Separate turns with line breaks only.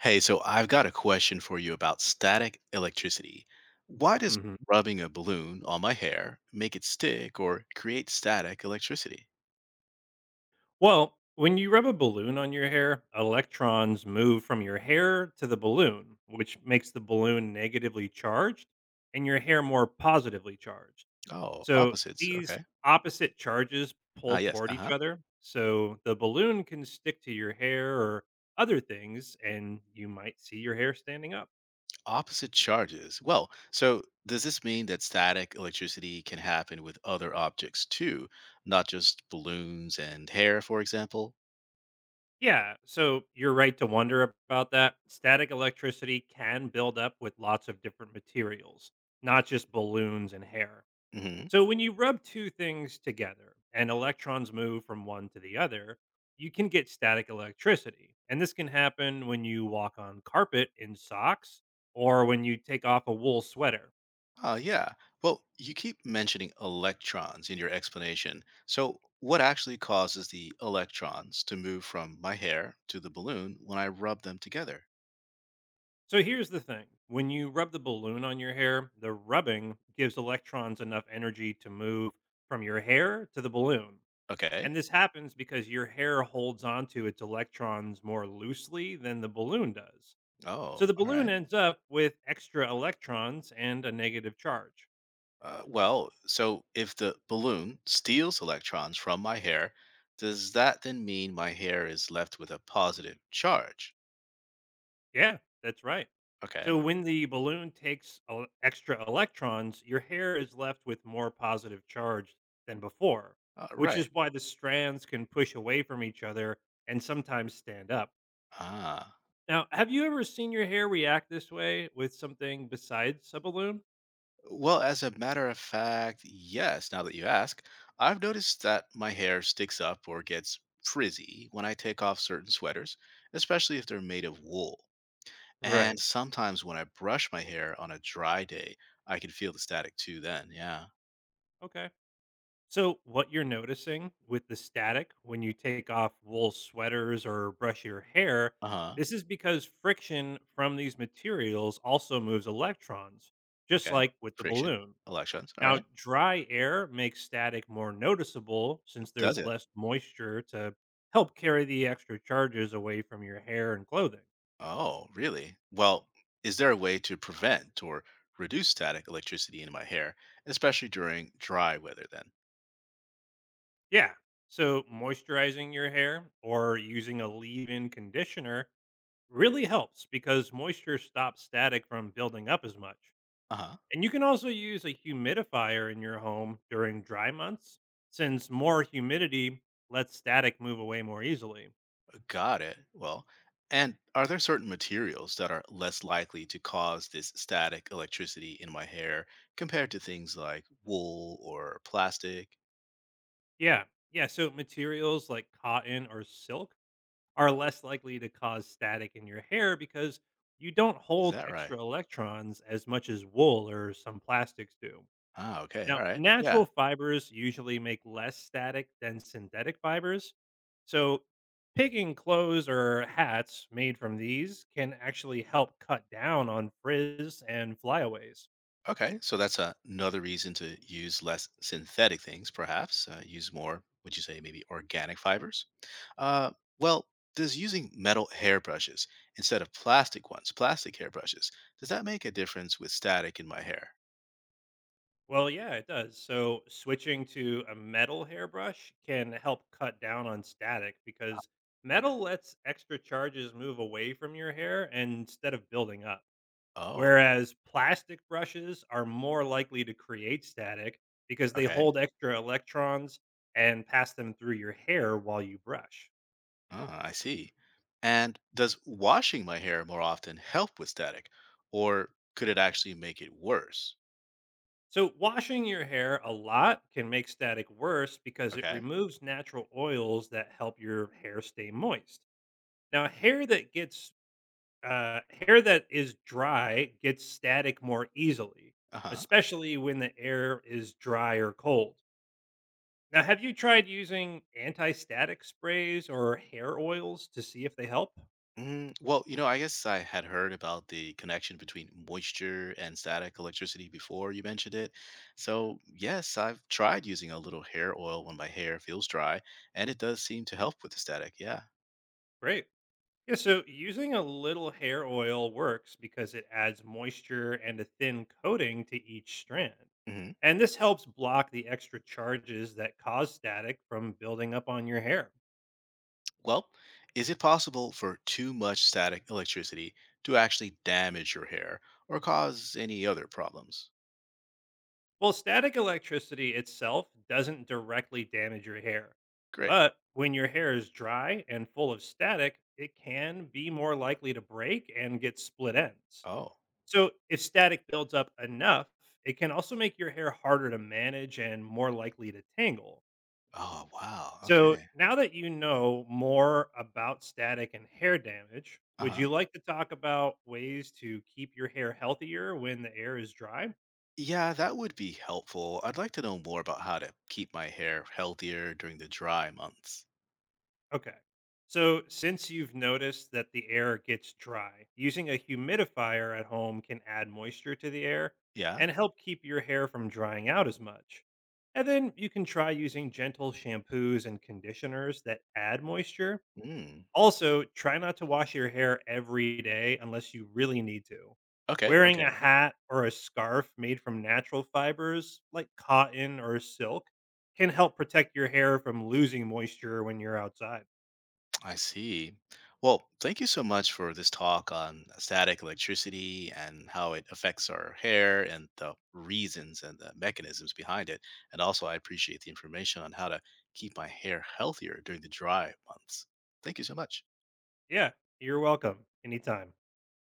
Hey, so I've got a question for you about static electricity. Why does
Mhm.
rubbing a balloon on my hair make it stick or create static electricity?
Well, when you rub a balloon on your hair, electrons move from your hair to the balloon, which makes the balloon negatively charged and your hair more positively charged.
Oh,
So
opposites.
these
Okay.
opposite charges
Ah,
pull
yes.
toward
Uh
each
huh.
other. So the balloon can stick to your hair or other things, and you might see your hair standing up.
Opposite charges. Well, so does this mean that static electricity can happen with other objects too, not just balloons and hair, for example?
Yeah, so you're right to wonder about that. Static electricity can build up with lots of different materials, not just balloons and hair. So when you rub two things together and electrons move from one to the other, you can get static electricity. And this can happen when you walk on carpet in socks or when you take off a wool sweater.
Yeah. Well, you keep mentioning electrons in your explanation. So, what actually causes the electrons to move from my hair to the balloon when I rub them together?
So here's the thing. When you rub the balloon on your hair, the rubbing gives electrons enough energy to move from your hair to the balloon.
Okay.
And this happens because your hair holds onto its electrons more loosely than the balloon does. So
Oh,
the
all
balloon
right.
ends up with extra electrons and a negative charge.
Well, so if the balloon steals electrons from my hair, does that then mean my hair is left with a positive charge?
Yeah, that's right. So
Okay.
when the balloon takes extra electrons, your hair is left with more positive charge than before, which
Right.
is why the strands can push away from each other and sometimes stand up.
Ah.
Now, have you ever seen your hair react this way with something besides a balloon?
Well, as a matter of fact, yes, now that you ask, I've noticed that my hair sticks up or gets frizzy when I take off certain sweaters, especially if they're made of wool.
Right.
And sometimes when I brush my hair on a dry day, I can feel the static too then. Yeah.
Okay. So, what you're noticing with the static when you take off wool sweaters or brush your hair,
Uh-huh.
this is because friction from these materials also moves electrons, just
Okay.
like with the
Friction,
balloon.
electrons. All
Now,
right.
dry air makes static more noticeable since
Does
there's
it?
less moisture to help carry the extra charges away from your hair and clothing.
Oh, really? Well, is there a way to prevent or reduce static electricity in my hair, especially during dry weather then?
Yeah. So, moisturizing your hair or using a leave in conditioner really helps because moisture stops static from building up as much.
Uh-huh.
And you can also use a humidifier in your home during dry months, since more humidity lets static move away more easily.
Got it. Well, and are there certain materials that are less likely to cause this static electricity in my hair compared to things like wool or plastic?
Yeah, yeah. So materials like cotton or silk are less likely to cause static in your hair because you don't
Is
hold
that
extra
right?
electrons as much as wool or some plastics do.
Ah, okay.
Now,
All right. Yeah.
natural fibers usually make less static than synthetic fibers. So, picking clothes or hats made from these can actually help cut down on frizz and flyaways.
Okay. So another reason to use less synthetic things, perhaps. Use more, would you say, maybe organic fibers? Uh, well, does using metal hairbrushes instead of plastic ones, plastic hairbrushes, does that make a difference with static in my hair?
Well, yeah, it does. So, switching to a metal hairbrush can help cut down on static because metal lets extra charges move away from your hair instead of building up.
Oh,
Whereas plastic brushes are more likely to create static because they
okay.
hold extra electrons and pass them through your hair while you brush.
Ah, I see. And does washing my hair more often help with static, or could it actually make it worse?
So, washing your hair a lot can make static worse because it
Okay.
removes natural oils that help your hair stay moist. Now, hair that is dry gets static more easily,
Uh huh.
especially when the air is dry or cold. Now, have you tried using anti-static sprays or hair oils to see if they help?
Mm, I guess I had heard about the connection between moisture and static electricity before you mentioned it. So, yes, I've tried using a little hair oil when my hair feels dry, and it does seem to help with the static. Yeah.
Great. Yeah, so using a little hair oil works because it adds moisture and a thin coating to each strand.
Mhm.
And this helps block the extra charges that cause static from building up on your hair.
Well, is it possible for too much static electricity to actually damage your hair or cause any other problems?
Well, static electricity itself doesn't directly damage your hair.
Great.
But when your hair is dry and full of static, it can be more likely to break and get split ends.
Oh.
So if static builds up enough, it can also make your hair harder to manage and more likely to tangle.
Oh, wow.
So
Okay.
now that you know more about static and hair damage,
Uh
would
huh.
you like to talk about ways to keep your hair healthier when the air is dry?
Yeah, that would be helpful. I'd like to know more about how to keep my hair healthier during the dry months.
Okay. So, since you've noticed that the air gets dry, using a humidifier at home can add moisture to the air
Yeah?
and help keep your hair from drying out as much. And then you can try using gentle shampoos and conditioners that add moisture.
Mm.
Also, try not to wash your hair every day unless you really need to.
Okay.
Wearing
Okay.
a hat or a scarf made from natural fibers like cotton or silk can help protect your hair from losing moisture when you're outside.
I see. Well, thank you so much for this talk on static electricity and how it affects our hair and the reasons and the mechanisms behind it. And also, I appreciate the information on how to keep my hair healthier during the dry months. Thank you so much.
Yeah, you're welcome. Anytime.